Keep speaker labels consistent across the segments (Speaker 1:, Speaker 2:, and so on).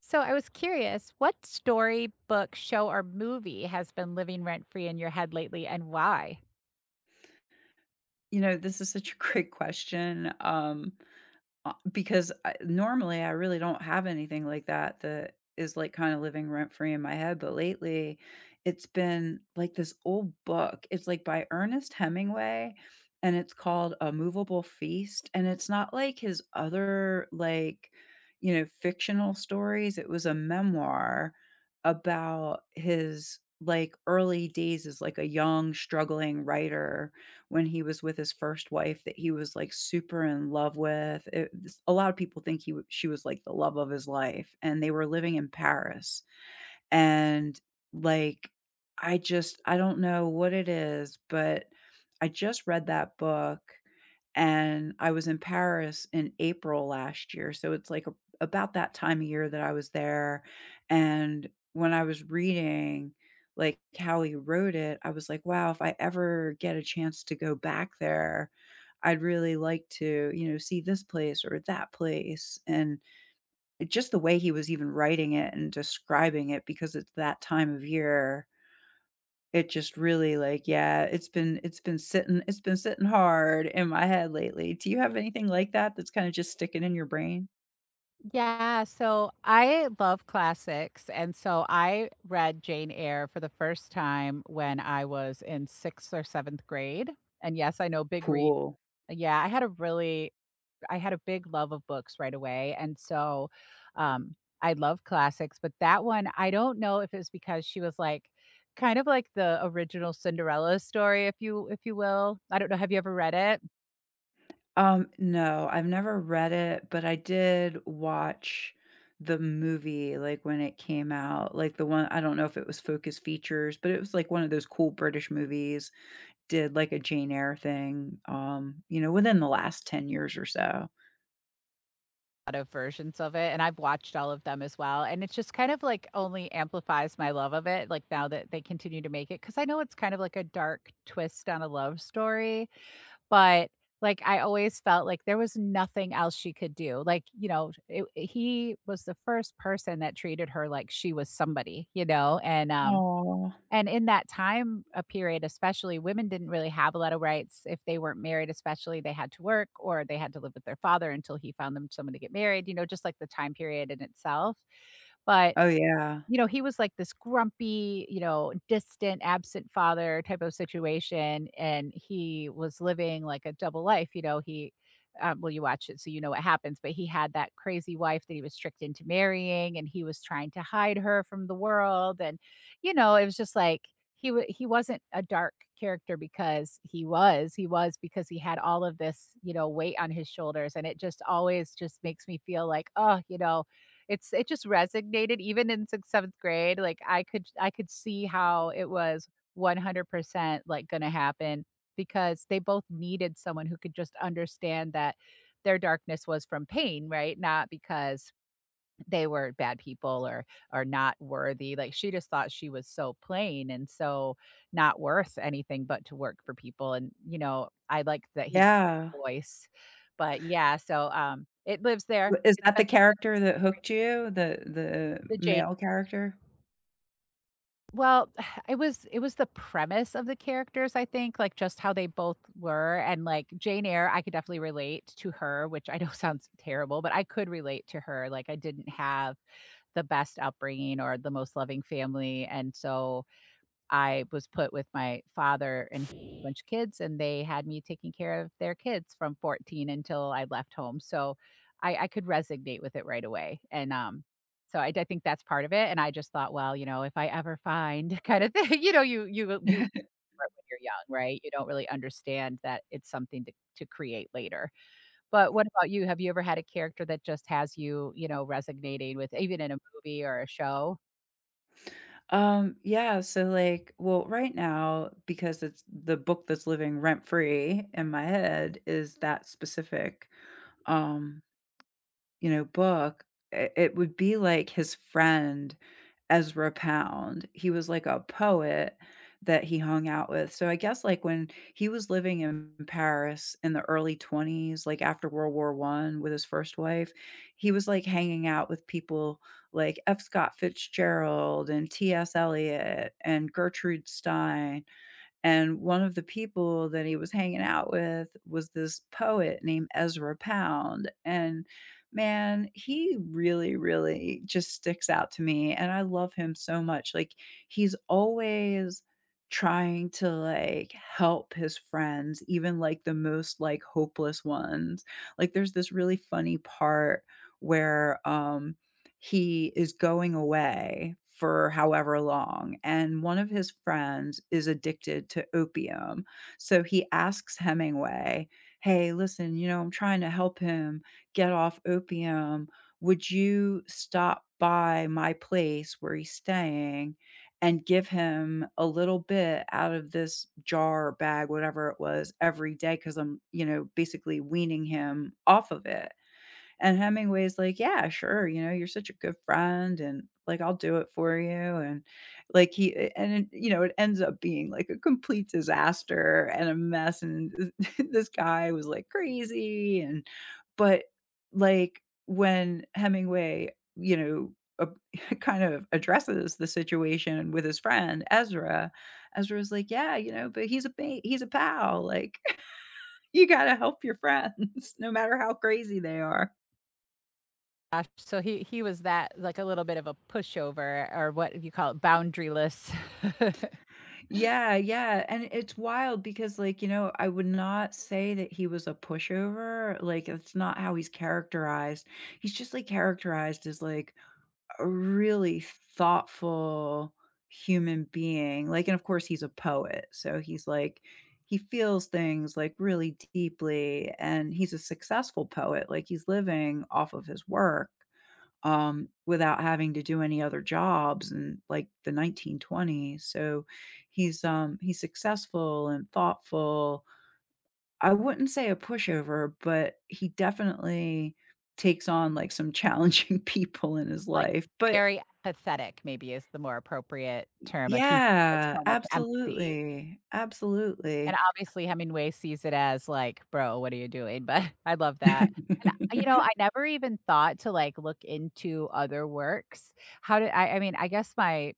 Speaker 1: So I was curious, what story, book, show, or movie has been living rent free in your head lately and why?
Speaker 2: You know, this is such a great question, because I normally, I really don't have anything like that that is, like, kinda living rent free in my head, but lately, it's been, like, this old book. It's, like, by Ernest Hemingway, and it's called A Movable Feast, and it's not like his other, like, you know, fictional stories. It was a memoir about his, like, early days as, like, a young struggling writer when he was with his first wife that he was, like, super in love with. It a lot of people think he w she was, like, the love of his life, and they were living in Paris. And, like, I don't know what it is, but I just read that book, and I was in Paris in April last year, so it's, like, a about that time of year that I was there, and when I was reading, like, how he wrote it, I was like, "Wow, if I ever get a chance to go back there, I'd really like to, you know, see this place or that place," and just the way he was even writing it and describing it because it's that time of year, it just really like, yeah, it's been sitting hard in my head lately. Do you have anything like that that's kinda just sticking in your brain?
Speaker 1: Yeah, so I love classics. And so I read Jane Eyre for the first time when I was in sixth or seventh grade. And yes, I know, big read.
Speaker 2: Cool.
Speaker 1: Yeah, I had a big love of books right away, and so, um, I love classics, but that one, I don't know if it's because she was, like, kind of like the original Cinderella story, if you will. I don't know, have you ever read it?
Speaker 2: No, I've never read it, but I did watch the movie, like, when it came out, like, the one I don't know if it was Focus Features, but it was, like, one of those cool British movies, did, like, a Jane Eyre thing, you know, within the last 10 years or so.
Speaker 1: A lot of versions of it, and I've watched all of them as well, and it's just kind of, like, only amplifies my love of it, like, now that they continue to make it, because I know it's kind of like a dark twist on a love story. But, like, I always felt like there was nothing else she could do, like, you know, he was the first person that treated her like she was somebody, you know,
Speaker 2: Oh.
Speaker 1: and in that time, a period, especially, women didn't really have a lot of rights if they weren't married, especially, they had to work or they had to live with their father until he found them someone to get married, you know, just like the time period in itself. But
Speaker 2: Oh, yeah.
Speaker 1: you know, he was like this grumpy, you know, distant, absent father type of situation, and he was living like a double life, you know, he well, you watch it, so you know what happens, but he had that crazy wife that he was tricked into marrying, and he was trying to hide her from the world, and, you know, it was just like he wasn't a dark character because he was because he had all of this, you know, weight on his shoulders, and it just always just makes me feel like, "Oh," you know, it just resonated even in 6th, 7th grade, like, I could see how it was 100%, like, gonna happen because they both needed someone who could just understand that their darkness was from pain, right? Not because they were bad people or not worthy, like, she just thought she was so plain and so not worth anything but to work for people, and, you know, I like that he gave
Speaker 2: Yeah.
Speaker 1: voice, but yeah, so, it lives there.
Speaker 2: W Is
Speaker 1: It's
Speaker 2: that the
Speaker 1: been lived there
Speaker 2: character that hooked you? The
Speaker 1: the Jade
Speaker 2: male character?
Speaker 1: Well, it was the premise of the characters, I think, like, just how they both were, and, like, Jane Eyre, I could definitely relate to her, which I know sounds terrible, but I could relate to her, like, I didn't have the best upbringing or the most loving family, and so I was put with my father and he had a bunch of kids, and they had me taking care of their kids from 14 until I left home. So I could resonate with it right away. And so I think that's part of it. And I just thought, well, you know, if I ever find kind of thing, you know, you for it when you're young, right? You don't really understand that it's something to create later. But what about you? Have you ever had a character that just has you, you know, resonating with even in a movie or a show?
Speaker 2: Yeah, so, like well, right now, because it's the book that's living rent free in my head is that specific, um, book, I it would be like his friend Ezra Pound. He was like a poet that he hung out with. So I guess like when he was living in Paris in the early 20s, like after World War One with his first wife, he was like hanging out with people like F. Scott Fitzgerald and T. S. Eliot and Gertrude Stein and one of the people that he was hanging out with was this poet named Ezra Pound. And man, he really, really just sticks out to me. And I love him so much. Like, he's always trying to like help his friends even like the most like hopeless ones like there's this really funny part where he is going away for however long, and one of his friends is addicted to opium. So he asks Hemingway, "Hey, listen, you know, I'm trying to help him get off opium. Would you stop by my place where he's staying and give him a little bit out of this jar, or bag, whatever it was, every day? Because I'm, you know, basically weaning him off of it." And Hemingway's like, "Yeah, sure, you know, you're such a good friend and, like, I'll do it for you," and, like, he eh, and it you know, it ends up being, like, a complete disaster and a mess, and this guy was, like, crazy and but, like, when Hemingway, you know, kind of addresses the situation with his friend Ezra, Ezra's like, "Yeah, you know, but he's a pal, like, you gotta help your friends no matter how crazy they are."
Speaker 1: Gosh. So he was that like a little bit of a pushover or what you call it, boundaryless.
Speaker 2: Yeah, yeah, and it's wild because, like, you know, I would not say that he was a pushover, like, that's not how he's characterized. He's just, like, characterized as, like, a really thoughtful human being, like and, of course, he's a poet, so he's, like he feels things, like, really deeply, and he's a successful poet, like, he's living off of his work without having to do any other jobs in like the 1920s. So he's successful and thoughtful. I wouldn't say a pushover, but he definitely takes on like some challenging people in his
Speaker 1: Like
Speaker 2: life. But
Speaker 1: very pathetic, maybe is the more appropriate term. Like he just has
Speaker 2: yeah,
Speaker 1: so much empathy.
Speaker 2: absolutely,
Speaker 1: And
Speaker 2: absolutely.
Speaker 1: obviously Hemingway sees it as like, bro, what are you doing? But I love that. And you know, I never even thought to like look into other works. How did I mean, I guess my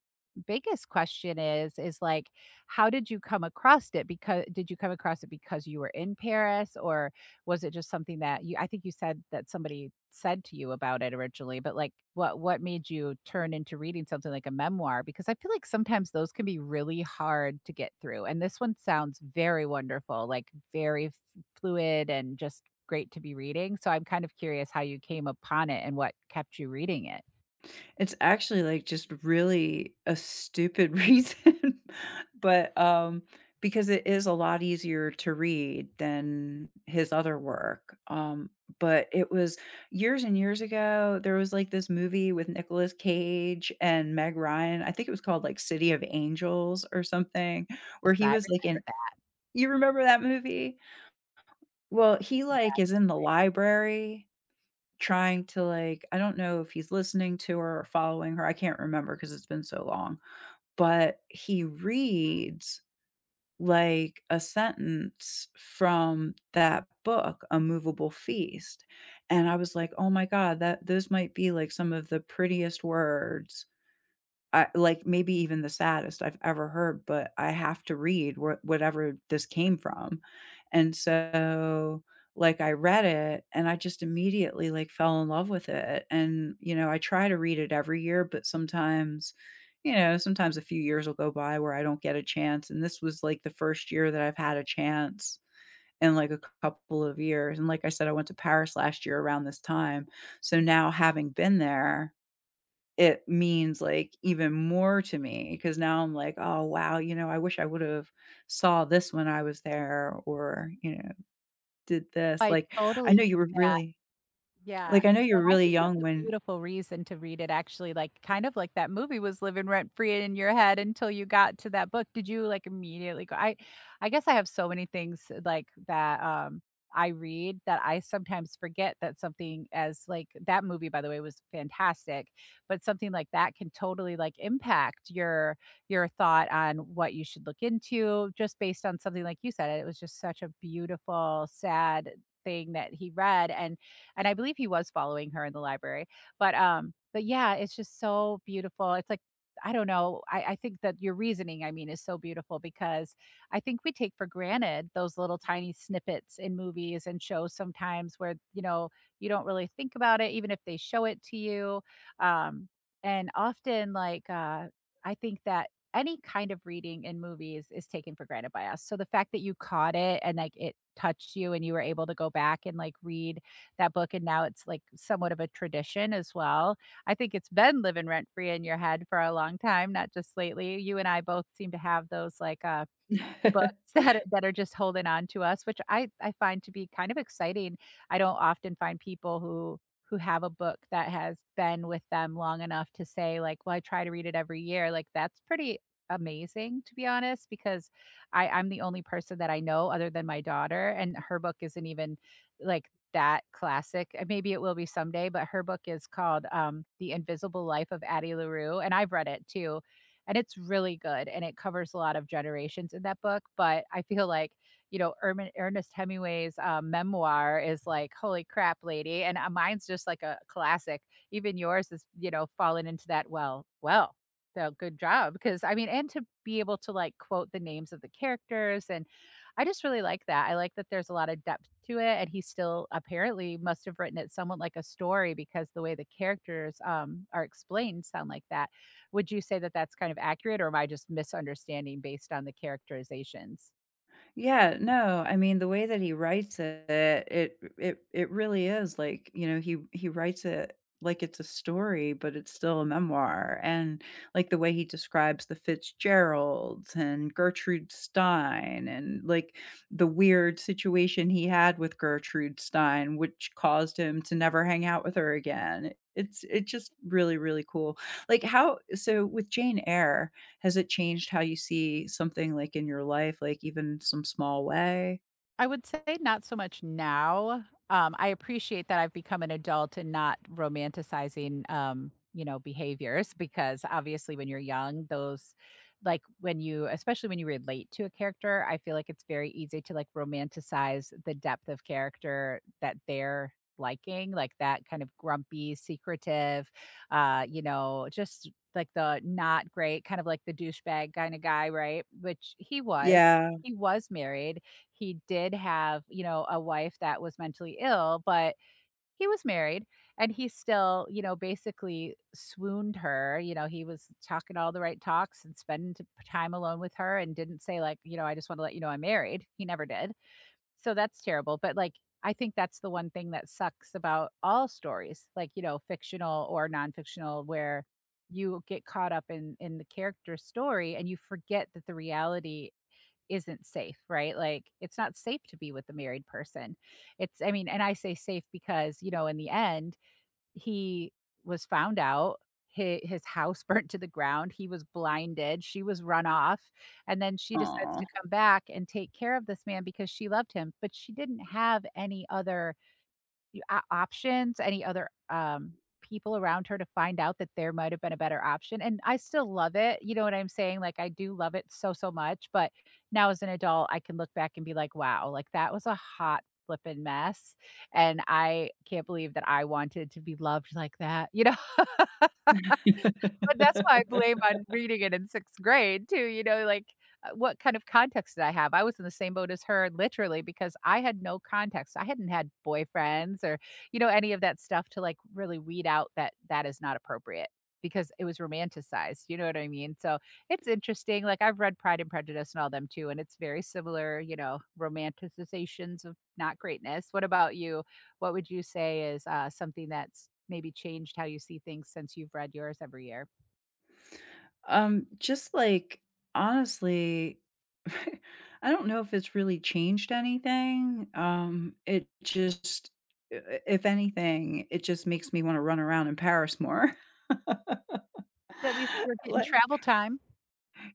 Speaker 1: biggest question is like how did you come across it because did you come across it because you were in Paris or was it just something that you I think you said that somebody said to you about it originally, but, like, what made you turn into reading something like a memoir? Because I feel like sometimes those can be really hard to get through, and this one sounds very wonderful, like, very f fluid and just great to be reading, so I'm kind of curious how you came upon it and what kept you reading it.
Speaker 2: It's actually, like, just really a stupid reason, but, because it is a lot easier to read than his other work, but it was years and years ago, there was, like, this movie with Nicolas Cage and Meg Ryan, I think it was called, like, City of Angels or something, where
Speaker 1: Yes,
Speaker 2: he
Speaker 1: I
Speaker 2: was, like,
Speaker 1: remember
Speaker 2: in.
Speaker 1: that.
Speaker 2: You remember that movie? Well, he,
Speaker 1: Yeah.
Speaker 2: like, is in the library trying to, like I don't know if he's listening to her or following her, I can't remember because 'cause it's been so long, but he reads, like, a sentence from that book, A Movable Feast, and I was like, "Oh my god, that those might be, like, some of the prettiest words I like, maybe even the saddest I've ever heard, but I have to read wh whatever this came from, and so, like, I read it, and I just immediately, like, fell in love with it, and, you know, I try to read it every year, but sometimes, you know, sometimes a few years will go by where I don't get a chance, and this was, like, the first year that I've had a chance in, like, a couple of years, and like I said, I went to Paris last year around this time, so now having been there, it means, like, even more to me because now I'm like, "Oh, wow, you know, I wish I would've saw this when I was there or, you know, did this."
Speaker 1: I
Speaker 2: Like, I
Speaker 1: totally
Speaker 2: know you were
Speaker 1: get that.
Speaker 2: really
Speaker 1: Yeah,
Speaker 2: like, I know you
Speaker 1: and
Speaker 2: were
Speaker 1: I
Speaker 2: really
Speaker 1: think that's
Speaker 2: young
Speaker 1: a
Speaker 2: when
Speaker 1: beautiful reason to read it actually, like, kind of like that movie was living rent free in your head until you got to that book. Did you, like, immediately go I guess I have so many things, like, that, I read that I sometimes forget that something as like that movie, by the way, was fantastic, but something like that can totally, like, impact your thought on what you should look into just based on something like you said, it was just such a beautiful, sad thing that he read, and I believe he was following her in the library. But yeah, it's just so beautiful. It's like, I don't know. I think that your reasoning, I mean, is so beautiful because I think we take for granted those little tiny snippets in movies and shows sometimes where, you know, you don't really think about it, even if they show it to you. Um, and often, like, I think that any kind of reading in movies is taken for granted by us. So the fact that you caught it and like it touched you and you were able to go back and like read that book, and now it's like somewhat of a tradition as well. I think it's been living rent free in your head for a long time, not just lately. You and I both seem to have those like books that are just holding on to us, which I find to be kind of exciting. I don't often find people who have a book that has been with them long enough to say like, "Well, I try to read it every year." Like, that's pretty amazing to be honest because I'm the only person that I know other than my daughter and her book isn't even like that classic. Maybe it will be someday, but her book is called The Invisible Life of Addie LaRue and I've read it too and it's really good, and it covers a lot of generations in that book, but I feel like, you know, Ermin Ernest Hemingway's, memoir is like, "Holy crap, lady," and, mine's just like a classic. Even yours is, you know, fallen into that well, so good job, because I mean and to be able to, like, quote the names of the characters, and I just really like that. I like that there's a lot of depth to it, and he still apparently must have written it somewhat like a story because the way the characters, are explained sound like that. Would you say that that's kind of accurate, or am I just misunderstanding based on the characterizations?
Speaker 2: Yeah, no, I mean, the way that he writes it, it really is like, you know, he writes it like it's a story, but it's still a memoir. And like the way he describes the Fitzgeralds and Gertrude Stein and like the weird situation he had with Gertrude Stein, which caused him to never hang out with her again. It's just really, really cool. Like how so with Jane Eyre, has it changed how you see something, like, in your life, like, even some small way?
Speaker 1: I would say not so much now. I appreciate that I've become an adult and not romanticizing, you know, behaviors because obviously when you're young, those like when you, especially when you relate to a character, I feel like it's very easy to like romanticize the depth of character that they're liking, like that kind of grumpy, secretive, you know, just like the not great, kind of like the douchebag kind of guy, right? Which he was.
Speaker 2: Yeah.
Speaker 1: He was married he did have, you know, a wife that was mentally ill, but he was married and he still, you know, basically swooned her. You know, he was talking all the right talks and spending time alone with her and didn't say, like, you know, I just want to let you know I'm married. He never did. So that's terrible. But like, I think that's the one thing that sucks about all stories, like, you know, fictional or non-fictional, where you get caught up in the character's story and you forget that the reality isn't safe, right? Like it's not safe to be with the married person. It's I mean, and I say safe because, you know, in the end, he was found out, his house burnt to the ground, he was blinded, she was run off, and then she decides
Speaker 2: Aw.
Speaker 1: to come back and take care of this man because she loved him, but she didn't have any other you o options, any other, people around her to find out that there might have been a better option, and I still love it, you know what I'm saying? Like, I do love it so, so much, but now as an adult, I can look back and be like, "Wow, like, that was a hot flippin' mess, and I can't believe that I wanted to be loved like that," you know? But that's why I blame on reading it in 6th grade too, you know, like, what kind of context did I have? I was in the same boat as her literally because I had no context. I hadn't had boyfriends or, you know, any of that stuff to, like, really weed out that that is not appropriate because it was romanticized, you know what I mean? So, it's interesting, like, I've read Pride and Prejudice and all them too, and it's very similar, you know, romanticizations of not greatness. What about you? What would you say is, something that's maybe changed how you see things since you've read yours every year?
Speaker 2: Just, like, honestly, I don't know if it's really changed anything. It just I if anything, it just makes me wanna run around in Paris more.
Speaker 1: At least we're getting
Speaker 2: Like
Speaker 1: travel time.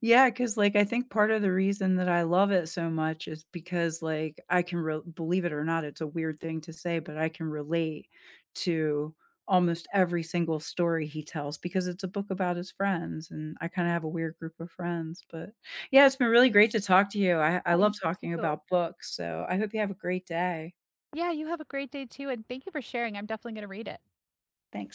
Speaker 2: yeah, because like, I think part of the reason that I love it so much is because, like, I can re believe it or not, it's a weird thing to say, but I can relate to almost every single story he tells because it's a book about his friends, and I kinda have a weird group of friends, but, yeah, it's been really great to talk to you. I
Speaker 1: Oh, you
Speaker 2: love talking
Speaker 1: too.
Speaker 2: about books, so I hope you have a great day.
Speaker 1: Yeah, you have a great day too, and thank you for sharing. I'm definitely gonna read it.
Speaker 2: Thanks.